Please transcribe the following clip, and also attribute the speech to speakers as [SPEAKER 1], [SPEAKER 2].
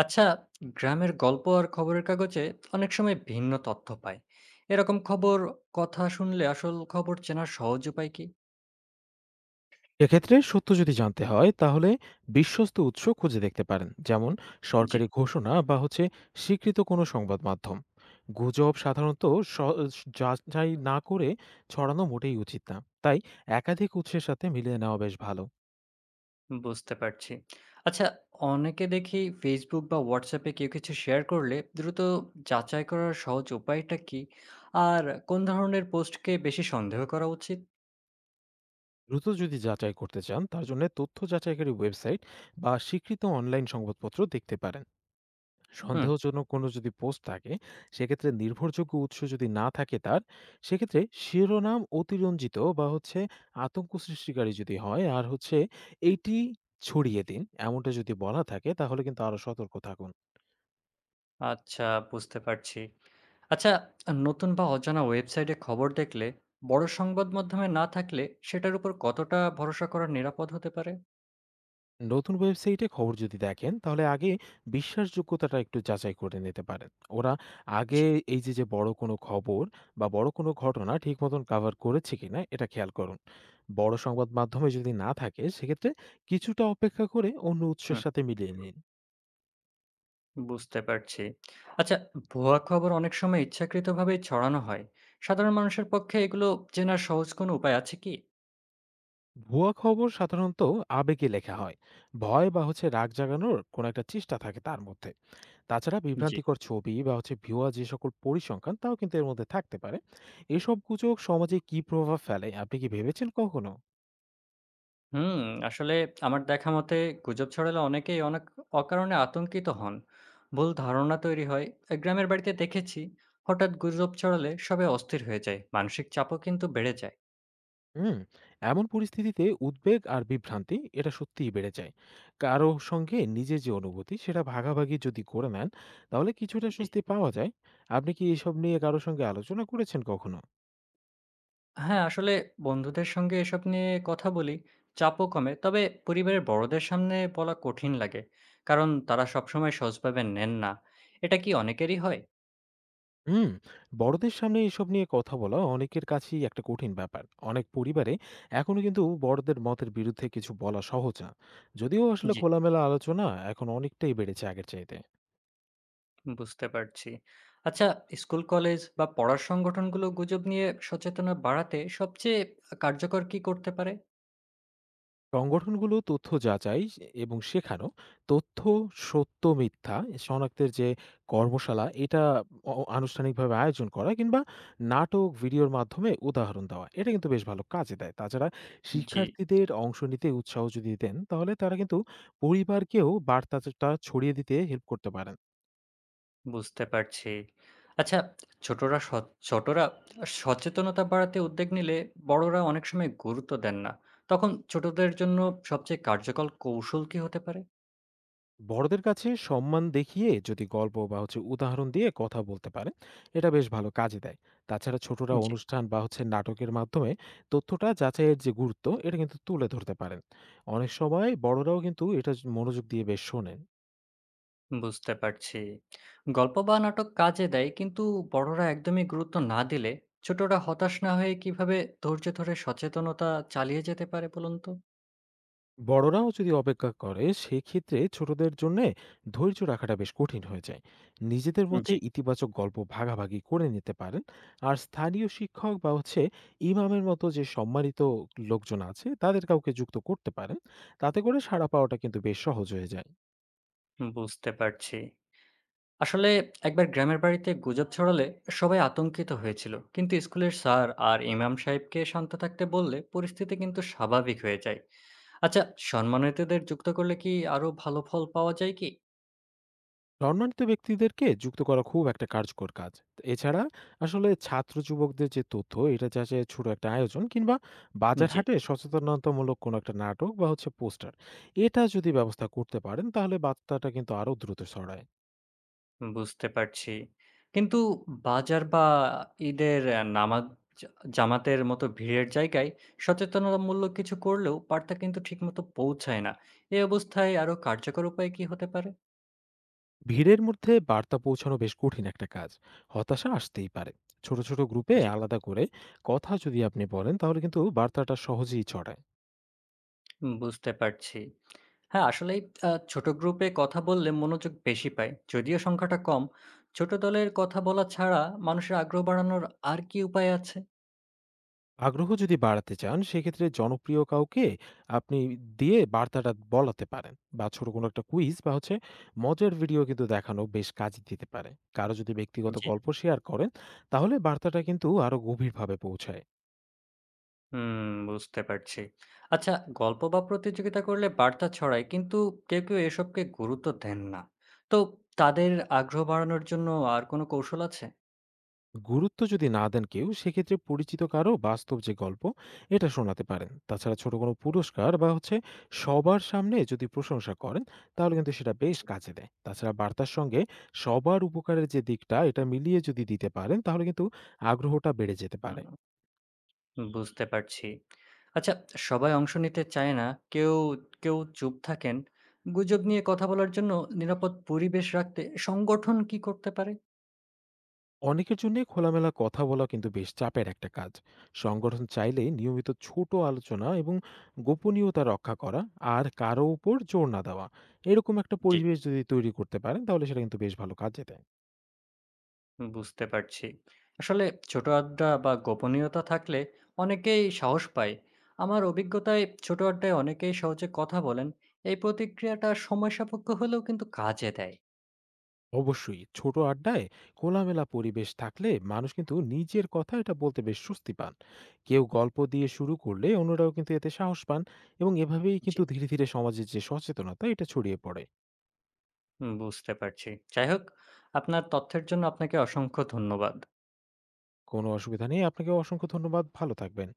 [SPEAKER 1] আচ্ছা, গ্রামের গল্প আর খবরের কাগজে অনেক সময় ভিন্ন তথ্য পাই। এরকম খবর কথা শুনলে আসল খবর চেনার সহজ উপায় কি?
[SPEAKER 2] এক্ষেত্রে সত্য যদি জানতে হয় তাহলে বিশ্বস্ত উৎস খুঁজে দেখতে পারেন যেমন
[SPEAKER 1] জি।
[SPEAKER 2] সরকারি ঘোষণা বা হচ্ছে স্বীকৃত কোনো সংবাদ মাধ্যম গুজব সাধারণত স- যাচাই না করে ছড়ানো মোটেই উচিত না তাই একাধিক উৎসের সাথে মিলিয়ে নেওয়া বেশ ভালো।
[SPEAKER 1] বুঝতে পারছি। আচ্ছা, অনেকে দেখি ফেসবুক বা হোয়াটসঅ্যাপে কেউ কিছু শেয়ার করলে দ্রুত যাচাই করার সহজ উপায়টা কি? আর কোন ধরনের পোস্টকে বেশি সন্দেহ করা উচিত?
[SPEAKER 2] দ্রুত যদি যাচাই করতে চান তার জন্য তথ্য যাচাইকারী ওয়েবসাইট বা স্বীকৃত অনলাইন সংবাদপত্র দেখতে পারেন।
[SPEAKER 1] হুম।
[SPEAKER 2] সন্দেহজনক কোনো যদি পোস্ট থাকে সেক্ষেত্রে নির্ভরযোগ্য উৎস যদি না থাকে তার সেক্ষেত্রে শিরোনাম অতিরঞ্জিত বা হচ্ছে আতঙ্ক সৃষ্টিকারী যদি হয় আর হচ্ছে এইটি ছড়িয়ে দিন এমনটা যদি বলা থাকে তাহলে কিন্তু আরো সতর্ক থাকুন।
[SPEAKER 1] আচ্ছা, বুঝতে পারছি। আচ্ছা, নতুন বা অজানা ওয়েবসাইটে খবর দেখলে, বড় সংবাদ মাধ্যমে না থাকলে সেটার উপর কতটা ভরসা করা নিরাপদ হতে পারে?
[SPEAKER 2] নতুন ওয়েবসাইটে খবর যদি দেখেন তাহলে আগে বিশ্বাসযোগ্যতাটা একটু যাচাই করে নিতে পারেন। ওরা আগে
[SPEAKER 1] জি।
[SPEAKER 2] এই যে যে বড় কোনো খবর বা বড় কোনো ঘটনা ঠিক মতন কাভার করেছে কিনা এটা খেয়াল করুন। বড় সংবাদ মাধ্যমে যদি না থাকে সেক্ষেত্রে কিছুটা অপেক্ষা করে অন্য উৎসের
[SPEAKER 1] হুম,
[SPEAKER 2] সাথে মিলিয়ে নিন।
[SPEAKER 1] বুঝতে পারছি। আচ্ছা, ভুয়া খবর অনেক সময় ইচ্ছাকৃতভাবে ছড়ানো হয়। সাধারণ মানুষের পক্ষে এগুলো চেনার সহজ কোনো উপায় আছে কি?
[SPEAKER 2] ভুয়া খবর সাধারণত আবেগে লেখা হয়, ভয় বা হচ্ছে রাগ জাগানোর কোনো একটা চেষ্টা থাকে তার মধ্যে। তাছাড়া
[SPEAKER 1] জি।
[SPEAKER 2] বিভ্রান্তিকর ছবি বা হচ্ছে ভুয়া যে সকল পরিসংখ্যান তাও কিন্তু এর মধ্যে থাকতে পারে। এসব গুজব সমাজে কি প্রভাব ফেলে আপনি কি ভেবেছেন কখনো?
[SPEAKER 1] হুম, আসলে আমার দেখা মতে গুজব ছড়ালে অনেকেই অনেক অকারণে আতঙ্কিত হন, ভুল ধারণা তৈরি হয়। গ্রামের বাড়িতে দেখেছি হঠাৎ গুজব ছড়ালে সবাই অস্থির হয়ে যায়, মানসিক চাপও কিন্তু বেড়ে যায়।
[SPEAKER 2] হুম। এমন পরিস্থিতিতে উদ্বেগ আর বিভ্রান্তি এটা সত্যিই বেড়ে যায়। কারো সঙ্গে নিজের যে অনুভূতি সেটা ভাগাভাগি যদি করে নেন তাহলে কিছুটা
[SPEAKER 1] জি।
[SPEAKER 2] স্বস্তি পাওয়া যায়। আপনি কি এসব নিয়ে কারোর সঙ্গে আলোচনা করেছেন কখনো?
[SPEAKER 1] হ্যাঁ, আসলে বন্ধুদের সঙ্গে এসব নিয়ে কথা বলি, চাপও কমে। তবে পরিবারের বড়দের সামনে বলা কঠিন লাগে। কারণ তারা সবসময় সহজভাবে নেন না। এটা কি অনেকেরই হয়?
[SPEAKER 2] হুম। বড়দের সামনে এসব নিয়ে কথা বলা অনেকের কাছেই একটা কঠিন ব্যাপার। অনেক পরিবারে এখনো কিন্তু বড়দের মতের বিরুদ্ধে কিছু বলা সহজ না। যদিও আসলে
[SPEAKER 1] জি,
[SPEAKER 2] খোলামেলা আলোচনা এখন অনেকটাই বেড়েছে আগের চাইতে।
[SPEAKER 1] বুঝতে পারছি। আচ্ছা, স্কুল, কলেজ বা পড়ার সংগঠনগুলো গুজব নিয়ে সচেতনতা বাড়াতে সবচেয়ে কার্যকর কি করতে পারে?
[SPEAKER 2] সংগঠনগুলো তথ্য যাচাই এবং শেখানো, তথ্য সত্য মিথ্যা শনাক্তের যে কর্মশালা এটা আনুষ্ঠানিকভাবে আয়োজন করা কিংবা নাটক, ভিডিওর মাধ্যমে উদাহরণ দেওয়া। এটা কিন্তু বেশ ভালো কাজে দেয়। তাছাড়া
[SPEAKER 1] জি।
[SPEAKER 2] শিক্ষার্থীদের অংশ নিতে উৎসাহ যদি দেন, তাহলে তারা কিন্তু পরিবারকেও বার্তাটা ছড়িয়ে দিতে হেল্প করতে পারেন।
[SPEAKER 1] বুঝতে পারছি। আচ্ছা, ছোটরা স ছোটরা সচেতনতা বাড়াতে উদ্যোগ নিলে বড়রা অনেক সময় গুরুত্ব দেন না। তখন ছোটদের জন্য সবচেয়ে কার্যকর কৌশল কি হতে পারে?
[SPEAKER 2] বড়দের কাছে সম্মান দেখিয়ে যদি গল্প বা হচ্ছে উদাহরণ দিয়ে কথা বলতে পারেন এটা বেশ ভালো কাজে দেয়। তাছাড়া ছোটরা
[SPEAKER 1] জি,
[SPEAKER 2] অনুষ্ঠান বা হচ্ছে নাটকের মাধ্যমে তথ্যটা যাচাইয়ের যে গুরুত্ব এটা কিন্তু তুলে ধরতে পারেন। অনেক সময় বড়রাও কিন্তু এটা মনোযোগ দিয়ে বেশ শোনেন।
[SPEAKER 1] বুঝতে পারছি। গল্প বা নাটক কাজে দেয়, কিন্তু বড়রা একদমই গুরুত্ব না দিলে ছোটরা হতাশ না হয়ে কিভাবে ধৈর্য ধরে সচেতনতা চালিয়ে যেতে পারে বলুন তো?
[SPEAKER 2] বড়রাও যদি অপেক্ষা করে সেক্ষেত্রে ছোটদের জন্য ধৈর্য রাখাটা বেশ কঠিন হয়ে যায়। নিজেদের মধ্যে
[SPEAKER 1] জি,
[SPEAKER 2] ইতিবাচক গল্প ভাগাভাগি করে নিতে পারেন আর স্থানীয় শিক্ষক বা হচ্ছে ইমামের মতো যে সম্মানিত লোকজন আছে তাদের কাউকে যুক্ত করতে পারেন। তাতে করে সাড়া পাওয়াটা কিন্তু বেশ সহজ হয়ে যায়।
[SPEAKER 1] বুঝতে পারছি। আসলে একবার গ্রামের বাড়িতে গুজব ছড়ালে সবাই আতঙ্কিত হয়েছিল, কিন্তু স্কুলের স্যার আর ইমাম সাহেবকে শান্ত থাকতে বললে পরিস্থিতি কিন্তু স্বাভাবিক হয়ে যায়। আচ্ছা, সম্মানিতদের যুক্ত করলে কি আরো ভালো ফল পাওয়া যায় কি?
[SPEAKER 2] সম্মানিত ব্যক্তিদেরকে যুক্ত করা খুব একটা কার্যকর কাজ। তো এছাড়া আসলে ছাত্র যুবকদের যে তথ্য এটা যাচাইয়ের ছোট একটা আয়োজন কিংবা বাজার
[SPEAKER 1] জি।
[SPEAKER 2] হাটে সচেতনতামূলক কোনো একটা নাটক বা হচ্ছে পোস্টার এটা যদি ব্যবস্থা করতে পারেন তাহলে বার্তাটা কিন্তু আরো দ্রুত ছড়ায়।
[SPEAKER 1] বুঝতে পারছি। কিন্তু বাজার বা ঈদের নামাজ জামাতের মতো ভিড়ের জায়গায় সচেতনতামূলক কিছু করলেও বার্তা কিন্তু ঠিকমতো পৌঁছায় না। এই অবস্থায় আরো কার্যকর উপায় কি হতে পারে?
[SPEAKER 2] ভিড়ের মধ্যে বার্তা পৌঁছানো বেশ কঠিন একটা কাজ। হতাশা আসতেই পারে। ছোট, ছোট গ্রুপে
[SPEAKER 1] জি।
[SPEAKER 2] আলাদা করে কথা যদি আপনি বলেন তাহলে কিন্তু বার্তাটা সহজেই ছড়ায়।
[SPEAKER 1] বুঝতে পারছি। হ্যাঁ, আসলেই ছোট গ্রুপে কথা বললে মনোযোগ বেশি পাই। যদিও সংখ্যাটা কম, ছোট দলের কথা বলা ছাড়া মানুষের আগ্রহ বাড়ানোর আর কি উপায় আছে?
[SPEAKER 2] আগ্রহ যদি বাড়াতে চান সেক্ষেত্রে জনপ্রিয় কাউকে আপনি দিয়ে বার্তাটা বলাতে পারেন বা ছোট কোনো একটা কুইজ বা হচ্ছে মজার ভিডিও কিন্তু দেখানো বেশ কাজে দিতে পারে। কারো যদি ব্যক্তিগত
[SPEAKER 1] জি।
[SPEAKER 2] গল্প শেয়ার করেন তাহলে বার্তাটা কিন্তু আরো গভীরভাবে পৌঁছায়।
[SPEAKER 1] হুম, বুঝতে পারছি। আচ্ছা, গল্প বা প্রতিযোগিতা করলে বার্তা ছড়ায়, কিন্তু কেউ কেউ এসবকে গুরুত্ব দেন না। তো তাদের আগ্রহ বাড়ানোর জন্য আর কোনো কৌশল আছে?
[SPEAKER 2] গুরুত্ব যদি না দেন কেউ সেক্ষেত্রে পরিচিত কারো বাস্তব যে গল্প এটা শোনাতে পারেন। তাছাড়া ছোট কোনো পুরস্কার বা হচ্ছে সবার সামনে যদি প্রশংসা করেন তাহলে কিন্তু সেটা বেশ
[SPEAKER 1] জি।
[SPEAKER 2] কাজে দেয়। তাছাড়া বার্তার সঙ্গে সবার উপকারের যে দিকটা এটা মিলিয়ে যদি দিতে পারেন তাহলে কিন্তু আগ্রহটা বেড়ে যেতে পারে।
[SPEAKER 1] হুম। বুঝতে পারছি। আচ্ছা, সবাই অংশ নিতে চায় না। কেউ কেউ চুপ থাকেন। গুজব নিয়ে কথা বলার জন্য নিরাপদ পরিবেশ রাখতে সংগঠন কি করতে পারে?
[SPEAKER 2] অনেকের জন্যে খোলামেলা কথা বলা কিন্তু বেশ চাপের একটা কাজ। সংগঠন চাইলে নিয়মিত ছোট আলোচনা এবং গোপনীয়তা রক্ষা করা আর কারো উপর জোর না দেওয়া। এরকম একটা
[SPEAKER 1] জি।
[SPEAKER 2] পরিবেশ যদি তৈরি করতে পারেন তাহলে সেটা কিন্তু বেশ ভালো কাজে দেয়।
[SPEAKER 1] বুঝতে পারছি। আসলে ছোট আড্ডা বা গোপনীয়তা থাকলে অনেকেই সাহস পায়। আমার অভিজ্ঞতায় ছোট আড্ডায় অনেকেই সহজে কথা বলেন। এই প্রতিক্রিয়াটা সময় সাপেক্ষ হলেও কিন্তু কাজে দেয়।
[SPEAKER 2] অবশ্যই ছোট আড্ডায় খোলামেলা পরিবেশ থাকলে মানুষ কিন্তু নিজের কথা এটা বলতে বেশ স্বস্তি পান। কেউ গল্প দিয়ে শুরু করলে অন্যরাও কিন্তু এতে সাহস পান এবং এভাবেই
[SPEAKER 1] জি।
[SPEAKER 2] কিন্তু ধীরে, ধীরে সমাজের যে সচেতনতা এটা ছড়িয়ে পড়ে।
[SPEAKER 1] বুঝতে পারছি। যাই হোক, আপনার তথ্যের জন্য আপনাকে অসংখ্য ধন্যবাদ।
[SPEAKER 2] কোনো অসুবিধা নেই। আপনাকেও অসংখ্য ধন্যবাদ। ভালো থাকবেন।